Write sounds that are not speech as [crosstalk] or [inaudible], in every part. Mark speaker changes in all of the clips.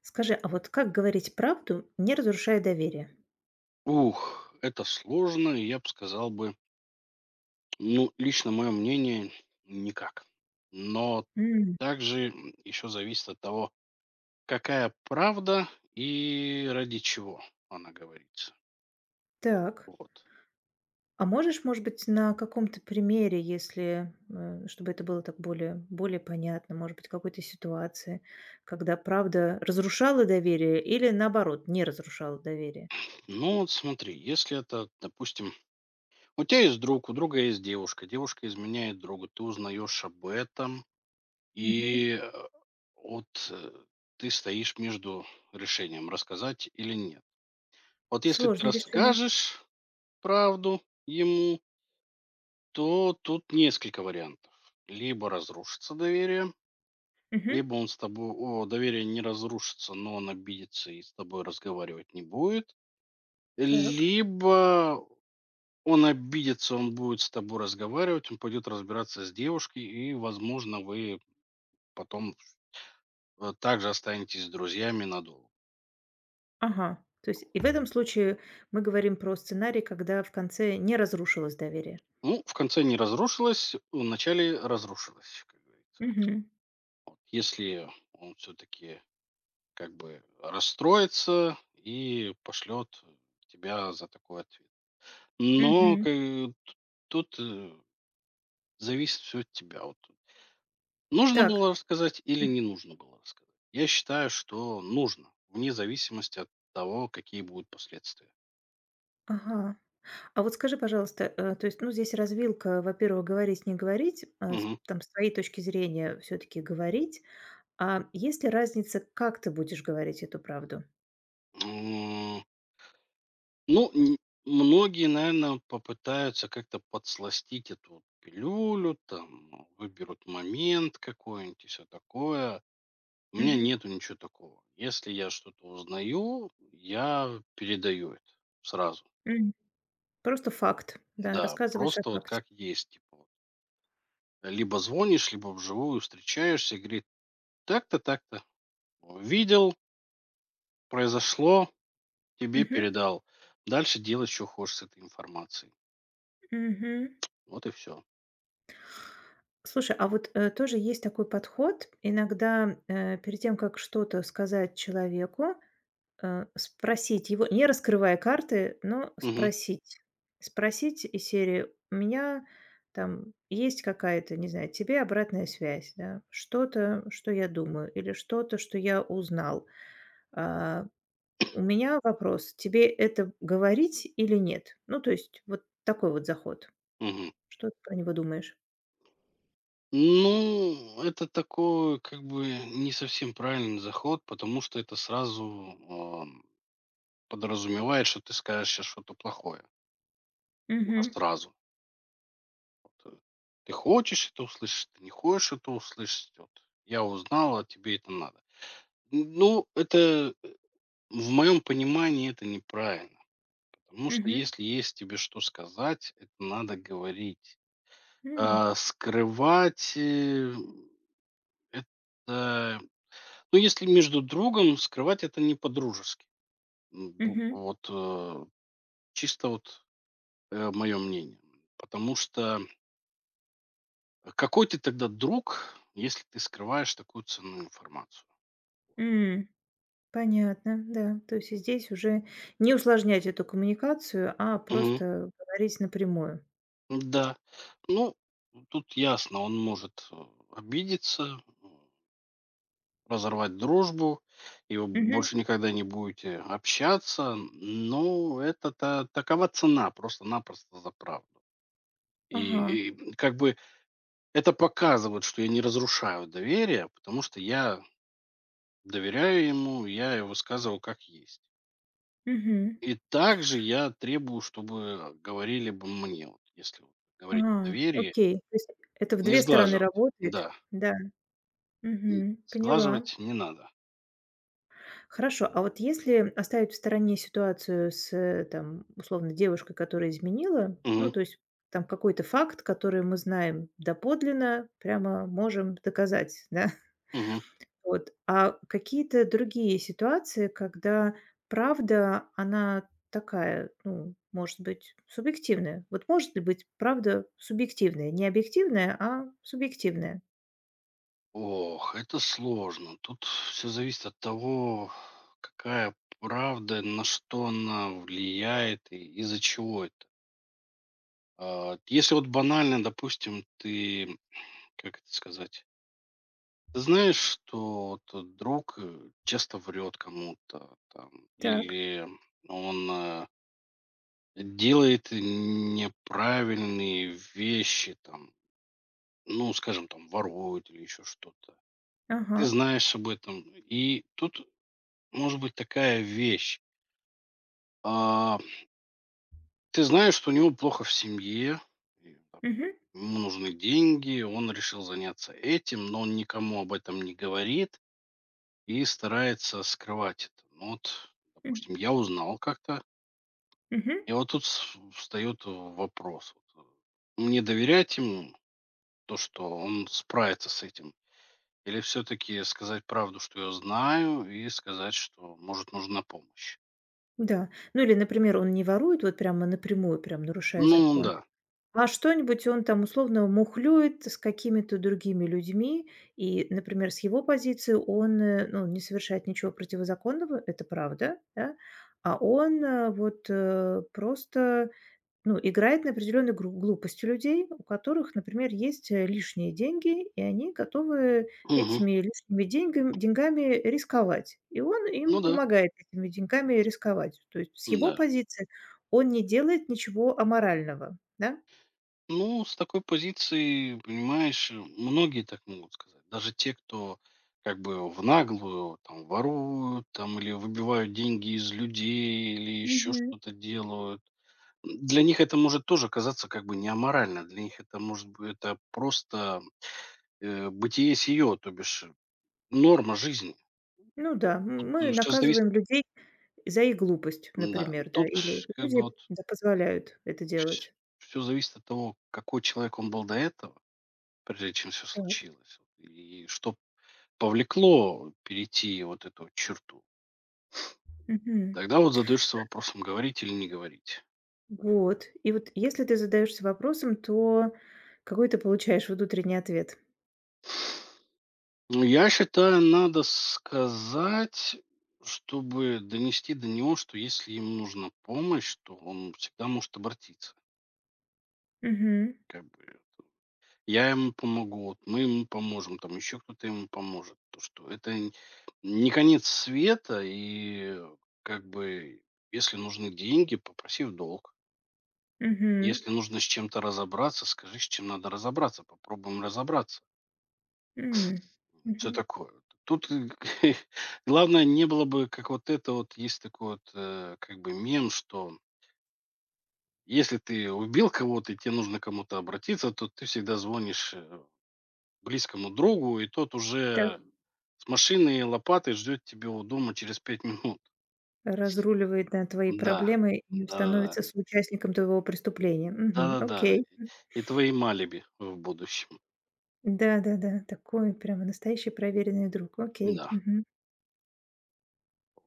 Speaker 1: Скажи, а вот как говорить правду, не разрушая доверие?
Speaker 2: Ух, это сложно, и я бы сказал бы, ну, лично мое мнение, никак. Но
Speaker 1: М.
Speaker 2: также еще зависит от того, какая правда и ради чего она говорится.
Speaker 1: Так.
Speaker 2: Вот.
Speaker 1: А можешь, может быть, на каком-то примере, если, чтобы это было так более понятно, может быть, какой-то ситуации, когда правда разрушала доверие или наоборот, не разрушала доверие?
Speaker 2: Ну вот смотри, если это, допустим, у тебя есть друг, у друга есть девушка, девушка изменяет другу, ты узнаешь об этом,
Speaker 1: Мгм.
Speaker 2: и вот ты стоишь между решением, рассказать или нет. Вот если ты
Speaker 1: Сложное решение.
Speaker 2: расскажешь правду ему, то тут несколько вариантов. Либо разрушится доверие,
Speaker 1: Мгм.
Speaker 2: либо он с тобой, о, доверие не разрушится, но он обидится и с тобой разговаривать не будет.
Speaker 1: Так.
Speaker 2: Либо он обидится, он будет с тобой разговаривать, он пойдет разбираться с девушкой, и, возможно, вы потом также останетесь друзьями надолго.
Speaker 1: Ага. То есть и в этом случае мы говорим про сценарий, когда в конце не разрушилось доверие.
Speaker 2: Ну, в конце не разрушилось, в начале разрушилось, как говорится.
Speaker 1: Мгм.
Speaker 2: Вот, если он все-таки как бы расстроится и пошлет тебя за такой ответ. Но
Speaker 1: Мгм.
Speaker 2: ка- тут зависит все от тебя. Вот. Нужно
Speaker 1: Так.
Speaker 2: было рассказать или
Speaker 1: М.
Speaker 2: не нужно было рассказать? Я считаю, что нужно, вне зависимости от того, какие будут последствия.
Speaker 1: Ага. А вот скажи, пожалуйста, то есть, ну, здесь развилка, во-первых, говорить, не говорить,
Speaker 2: Мгм.
Speaker 1: там, с твоей точки зрения все-таки говорить, а есть ли разница, как ты будешь говорить эту правду?
Speaker 2: М. Ну, многие, наверное, попытаются как-то подсластить эту пилюлю, там, выберут момент какой-нибудь и все такое. У меня
Speaker 1: Мгм.
Speaker 2: нету ничего такого. Если я что-то узнаю, я передаю это сразу.
Speaker 1: М. Просто факт, да,
Speaker 2: Да,
Speaker 1: рассказываешь о
Speaker 2: просто вот
Speaker 1: факте.
Speaker 2: как есть. Типа, вот. Либо звонишь, либо вживую встречаешься и говорит, так-то, так-то. Видел, произошло, тебе
Speaker 1: Мгм.
Speaker 2: передал. Дальше делай, что хочешь с этой информацией.
Speaker 1: Мгм.
Speaker 2: Вот и все.
Speaker 1: Слушай, а вот тоже есть такой подход, иногда перед тем, как что-то сказать человеку, спросить его, не раскрывая карты, но
Speaker 2: Мгм,
Speaker 1: спросить. Спросить из серии: «У меня там есть какая-то, не знаю, тебе обратная связь, да, что-то, что я думаю, или что-то, что я узнал. А, у меня вопрос: тебе это говорить или нет?» Ну, то есть вот такой вот заход.
Speaker 2: мгм.
Speaker 1: Что ты про него думаешь?
Speaker 2: Ну, это такой, как бы, не совсем правильный заход, потому что это сразу ам, подразумевает, что ты скажешь сейчас что-то плохое. Можно
Speaker 1: Мгм.
Speaker 2: сразу. Вот, ты хочешь это услышать, ты не хочешь это услышать. Вот, я узнал, а тебе это надо. Ну, в моем понимании это неправильно. Потому что
Speaker 1: Мгм.
Speaker 2: если есть тебе что сказать, это надо говорить.
Speaker 1: М.
Speaker 2: А скрывать это... Ну, если между другом, скрывать это не по-дружески. М, бу-
Speaker 1: Мгм.
Speaker 2: Вот э, чисто вот мое мнение. Потому что а какой ты тогда друг, если ты скрываешь такую ценную информацию?
Speaker 1: М. Понятно, да. То есть и здесь уже не усложнять эту коммуникацию, а
Speaker 2: Мгм.
Speaker 1: просто говорить напрямую.
Speaker 2: Да. Ну, тут ясно, он может обидеться, разорвать дружбу, и вы
Speaker 1: Мгм.
Speaker 2: больше никогда не будете общаться, но такова цена просто-напросто за правду.
Speaker 1: Ага.
Speaker 2: И как бы это показывает, что я не разрушаю доверие, потому что я доверяю ему, я его высказывал как есть.
Speaker 1: Мгм.
Speaker 2: И также я требую, чтобы говорили бы мне, вот если вот говорить о
Speaker 1: А,
Speaker 2: доверии,
Speaker 1: окей. То есть это в
Speaker 2: не
Speaker 1: 2 стороны
Speaker 2: сглаживать.
Speaker 1: работает.
Speaker 2: Да,
Speaker 1: Да.
Speaker 2: н-
Speaker 1: Мгм. Поняла.
Speaker 2: сглаживать не надо.
Speaker 1: Хорошо. А вот если оставить в стороне ситуацию с, там, условно, девушкой, которая изменила, ну,
Speaker 2: Мгм,
Speaker 1: то есть там какой-то факт, который мы знаем доподлинно, прямо можем доказать, да?
Speaker 2: мгм.
Speaker 1: Вот. А какие-то другие ситуации, когда правда, она такая, ну, может быть, субъективная. Вот может ли быть правда субъективная? Не объективная, а субъективная.
Speaker 2: Ох, это сложно. Тут все зависит от того, какая правда, на что она влияет и из-за чего это. Если вот банально, допустим, ты, как это сказать, ты знаешь, что вот друг часто врет кому-то там,
Speaker 1: Так.
Speaker 2: или он делает неправильные вещи там, ну, скажем, там, ворует или еще что-то.
Speaker 1: Ага.
Speaker 2: Ты знаешь об этом. И тут может быть такая вещь. А, Ты знаешь, что у него плохо в семье, и, там,
Speaker 1: Мгм.
Speaker 2: ему нужны деньги, он решил заняться этим, но он никому об этом не говорит и старается скрывать это. Ну вот,
Speaker 1: М.
Speaker 2: допустим, я узнал как-то,
Speaker 1: Мгм.
Speaker 2: и вот тут встает вопрос. Мне доверять ему, то, что он справится с этим, или все-таки сказать правду, что я знаю, и сказать, что, может, нужна помощь.
Speaker 1: Да. Ну или, например, он не ворует вот прямо напрямую, прям нарушая
Speaker 2: Ну
Speaker 1: закон.
Speaker 2: да.
Speaker 1: А что-нибудь он там условно мухлюет с какими-то другими людьми, и, например, с его позиции он, ну, не совершает ничего противозаконного, это правда, да, а он вот просто, ну, играет на определенной глупости людей, у которых, например, есть лишние деньги, и они готовы
Speaker 2: Мгм.
Speaker 1: этими лишними деньгами рисковать. И он
Speaker 2: Ну
Speaker 1: им
Speaker 2: да.
Speaker 1: помогает этими деньгами рисковать. То есть с его
Speaker 2: Да.
Speaker 1: позиции он не делает ничего аморального, да?
Speaker 2: Ну, с такой позиции, понимаешь, многие так могут сказать. Даже те, кто как бы в наглую там воруют там или выбивают деньги из людей или еще
Speaker 1: Мгм.
Speaker 2: что-то делают. Для них это может тоже казаться как бы не аморально. Для них это может быть это просто бытие сие, то бишь норма жизни.
Speaker 1: Ну да, мы
Speaker 2: Все зависит,
Speaker 1: наказываем людей за их глупость,
Speaker 2: да.
Speaker 1: например, да,
Speaker 2: Тут
Speaker 1: или
Speaker 2: как бы
Speaker 1: люди,
Speaker 2: вот
Speaker 1: да, позволяют это делать.
Speaker 2: все зависит от того, какой человек он был до этого, прежде чем все
Speaker 1: Так.
Speaker 2: случилось, вот, и что повлекло перейти вот эту черту,
Speaker 1: Мгм.
Speaker 2: тогда вот задаешься вопросом, говорить или не говорить.
Speaker 1: Вот. И вот если ты задаешься вопросом, то какой ты получаешь внутренний ответ?
Speaker 2: Ну, я считаю, надо сказать, чтобы донести до него, что если ему нужна помощь, то он всегда может обратиться.
Speaker 1: Мгм.
Speaker 2: Как бы я ему помогу, вот мы ему поможем, там еще кто-то ему поможет. То, что это не конец света, и как бы если нужны деньги, попроси в долг.
Speaker 1: Мгм.
Speaker 2: Если нужно с чем-то разобраться, скажи, с чем надо разобраться. Попробуем разобраться.
Speaker 1: М.
Speaker 2: Все
Speaker 1: Мгм.
Speaker 2: такое. Вот. Тут [laughs] главное не было бы, как вот это вот, есть такой вот, как бы мем, что если ты убил кого-то и тебе нужно к кому-то обратиться, то ты всегда звонишь близкому другу, и тот
Speaker 1: Так.
Speaker 2: уже с машиной и лопатой ждет тебя у дома через 5 минут.
Speaker 1: Разруливает, да, твои
Speaker 2: Да,
Speaker 1: проблемы и
Speaker 2: да-да-да.
Speaker 1: становится соучастником твоего преступления. Мгм.
Speaker 2: Да-да-да.
Speaker 1: Окей.
Speaker 2: И твои малиби в будущем.
Speaker 1: Да-да-да, такой прямо настоящий проверенный друг. Окей.
Speaker 2: Да.
Speaker 1: Мгм.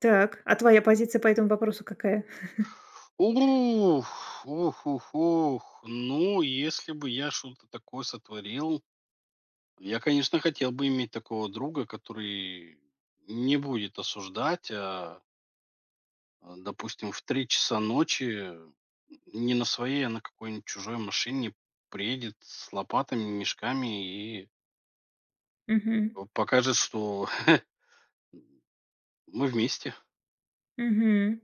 Speaker 1: Так, а твоя позиция по этому вопросу какая?
Speaker 2: Ух, ух. Ну, если бы я что-то такое сотворил, я, конечно, хотел бы иметь такого друга, который не будет осуждать, а, допустим, в 3 часа ночи не на своей, а на какой-нибудь чужой машине приедет с лопатами, мешками и
Speaker 1: Мгм.
Speaker 2: покажет, что [laughs] мы вместе.
Speaker 1: Мгм.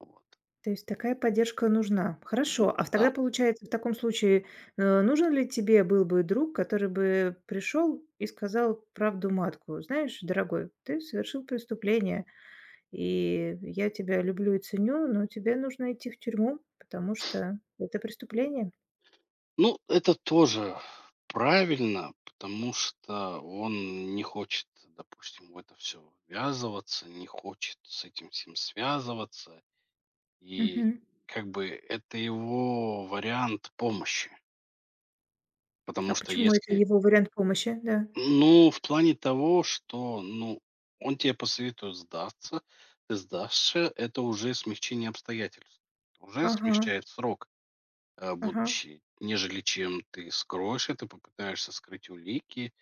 Speaker 2: Вот.
Speaker 1: То есть такая поддержка нужна. Хорошо. А в
Speaker 2: Да.
Speaker 1: тогда получается, в таком случае, нужен ли тебе был бы друг, который бы пришел и сказал правду матку: «Знаешь, дорогой, ты совершил преступление, и я тебя люблю и ценю, но тебе нужно идти в тюрьму, потому что это преступление»?
Speaker 2: Ну, это тоже правильно, потому что он не хочет, допустим, в это все ввязываться, не хочет с этим всем связываться. И
Speaker 1: Мгм.
Speaker 2: как бы это его вариант помощи.
Speaker 1: А
Speaker 2: Потому что
Speaker 1: почему это
Speaker 2: если...
Speaker 1: его вариант помощи? Да.
Speaker 2: Ну, в плане того, что, ну, он тебе посоветует сдаться, ты сдашься, это уже смягчение обстоятельств. Это уже
Speaker 1: Ага.
Speaker 2: смягчает срок
Speaker 1: Ага.
Speaker 2: будущий, нежели чем ты скроешь это, попытаешься скрыть улики,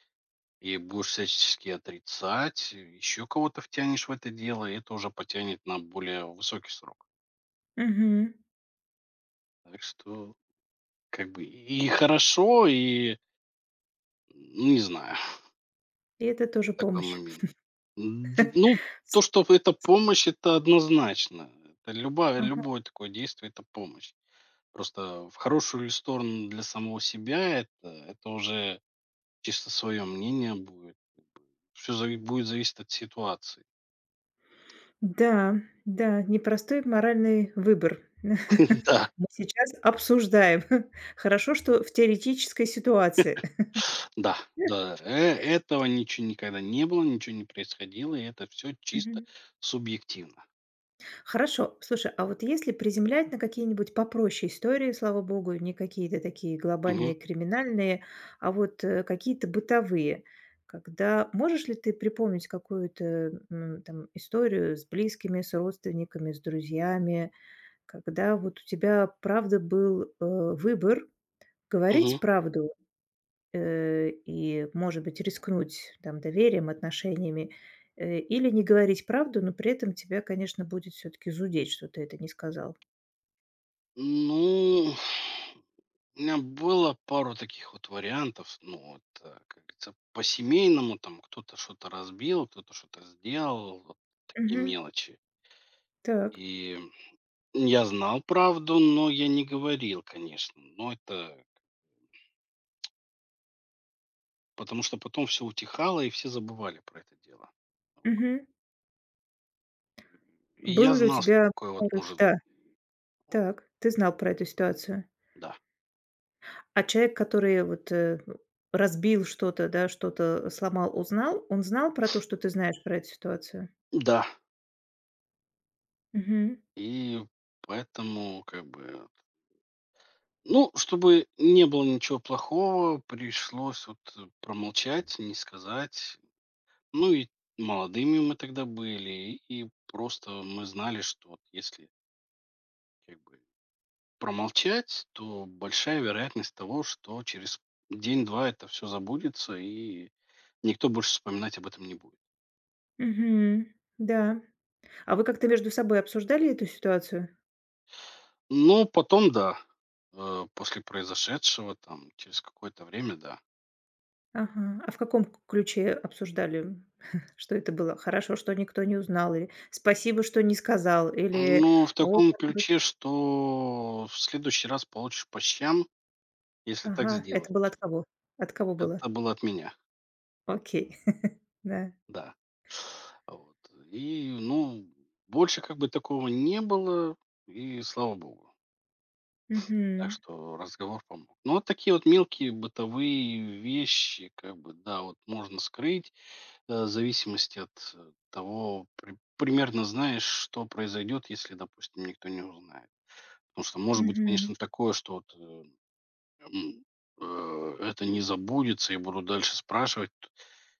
Speaker 2: и будешь всячески отрицать, еще кого-то втянешь в это дело, и это уже потянет на более высокий срок.
Speaker 1: Мгм.
Speaker 2: Так что, как бы, и хорошо, и, ну, не знаю,
Speaker 1: И это тоже
Speaker 2: [laughs] такой
Speaker 1: помощь.
Speaker 2: момент. Ну,
Speaker 1: С
Speaker 2: то, что это помощь, это однозначно. Это любое,
Speaker 1: Ага.
Speaker 2: любое такое действие – это помощь. Просто в хорошую ли сторону для самого себя, это уже чисто свое мнение будет. Все будет зависеть от ситуации.
Speaker 1: Да, да, непростой моральный выбор. [laughs] Мы
Speaker 2: [laughs] Да.
Speaker 1: сейчас обсуждаем. [laughs] Хорошо, что в теоретической ситуации.
Speaker 2: Да,
Speaker 1: [laughs]
Speaker 2: этого ничего никогда не было, ничего не происходило, и это все чисто
Speaker 1: Мгм.
Speaker 2: субъективно.
Speaker 1: Хорошо. Слушай, а вот если приземлять на какие-нибудь попроще истории, слава богу, не какие-то такие
Speaker 2: Мгм,
Speaker 1: глобальные, криминальные, а вот, какие-то бытовые, когда можешь ли ты припомнить какую-то, там историю с близкими, с родственниками, с друзьями, когда вот у тебя, правда, был, выбор
Speaker 2: мгм.
Speaker 1: говорить правду, и, может быть, рискнуть там доверием, отношениями, или не говорить правду, но при этом тебя, конечно, будет все таки зудеть, что ты это не сказал.
Speaker 2: Ну, у меня было пару таких вот вариантов. Ну вот, как говорится, по-семейному там кто-то что-то разбил, кто-то что-то сделал, вот такие
Speaker 1: Мгм.
Speaker 2: мелочи.
Speaker 1: Так.
Speaker 2: И я знал правду, но я не говорил, конечно. Но это потому что потом все утихало, и все забывали про это дело.
Speaker 1: Мгм.
Speaker 2: И
Speaker 1: Был
Speaker 2: я
Speaker 1: ли у
Speaker 2: знал, что
Speaker 1: тебя
Speaker 2: такое вот
Speaker 1: порыв?
Speaker 2: может быть.
Speaker 1: Да.
Speaker 2: Вот,
Speaker 1: Так. Ты знал про эту ситуацию.
Speaker 2: да.
Speaker 1: А человек, который вот, ну, разбил что-то, да, что-то сломал, узнал, он знал про то, что ты знаешь про эту ситуацию?
Speaker 2: Да,
Speaker 1: Мгм.
Speaker 2: и поэтому как бы, ну, чтобы не было ничего плохого, пришлось вот промолчать, не сказать. Ну и молодыми мы тогда были, и просто мы знали, что вот если как бы промолчать, то большая вероятность того, что через день-два это все забудется, и никто больше вспоминать об этом не будет.
Speaker 1: Мгм. Да. А вы как-то между собой обсуждали эту ситуацию?
Speaker 2: Ну, потом да. Э, после произошедшего, там, через какое-то время, да.
Speaker 1: Ага. А в каком к ключе обсуждали, [laughs] что это было? Хорошо, что никто не узнал, или спасибо, что не сказал, или
Speaker 2: Ну в
Speaker 1: о,
Speaker 2: таком
Speaker 1: как бы.
Speaker 2: ключе, что в следующий раз получишь по щам, если так
Speaker 1: Ага,
Speaker 2: сделать.
Speaker 1: это было от кого? От кого было?
Speaker 2: Это было от меня,
Speaker 1: Окей. [laughs] Да.
Speaker 2: да. Вот. И, ну, больше как бы такого не было, и слава богу. Так
Speaker 1: Мгм.
Speaker 2: что разговор помог. Ну, вот такие вот мелкие бытовые вещи, как бы, да, вот можно скрыть. Зависимости от того, при примерно знаешь, что произойдет, если, допустим, никто не узнает. Потому что может быть,
Speaker 1: Мгм.
Speaker 2: конечно, такое, что м, это не забудется и будут дальше спрашивать.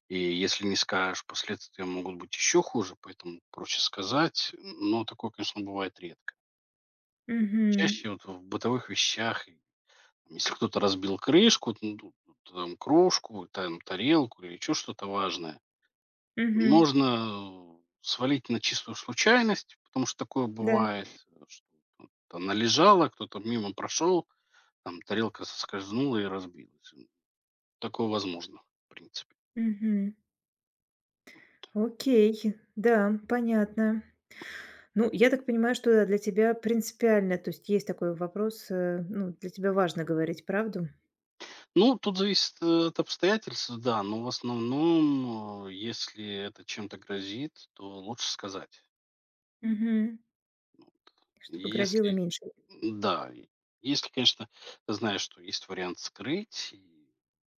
Speaker 2: И если не скажешь, последствия могут быть еще хуже, поэтому проще сказать. Но такое, конечно, бывает редко.
Speaker 1: Мгм.
Speaker 2: Чаще вот в бытовых вещах, и если кто-то разбил крышку, н ду там кружку, там тарелку или еще что-то важное,
Speaker 1: Мгм.
Speaker 2: можно свалить на чистую случайность, потому что такое
Speaker 1: Да.
Speaker 2: бывает, что-то належало, кто-то мимо прошел, там тарелка соскользнула и разбилась. М. Такое возможно, в принципе.
Speaker 1: Мгм. Окей. Да, понятно. Ну, я так понимаю, что да, для тебя принципиально, то есть есть такой вопрос, ну, для тебя важно говорить правду,
Speaker 2: Ну, тут зависит от обстоятельств, да, но в основном, если это чем-то грозит, то лучше сказать.
Speaker 1: мгм, чтобы грозило
Speaker 2: Если,
Speaker 1: меньше.
Speaker 2: да, и если, конечно, ты знаешь, что есть вариант скрыть, и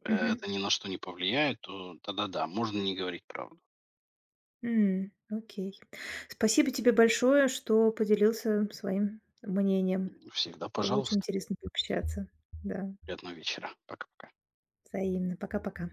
Speaker 1: Мгм.
Speaker 2: это ни на что не повлияет, то тогда да, можно не говорить правду.
Speaker 1: М, окей. Спасибо тебе большое, что поделился своим мнением.
Speaker 2: Всегда
Speaker 1: Было очень
Speaker 2: пожалуйста.
Speaker 1: интересно пообщаться. Да,
Speaker 2: Приятного вечера. Пока-пока.
Speaker 1: взаимно. Пока-пока.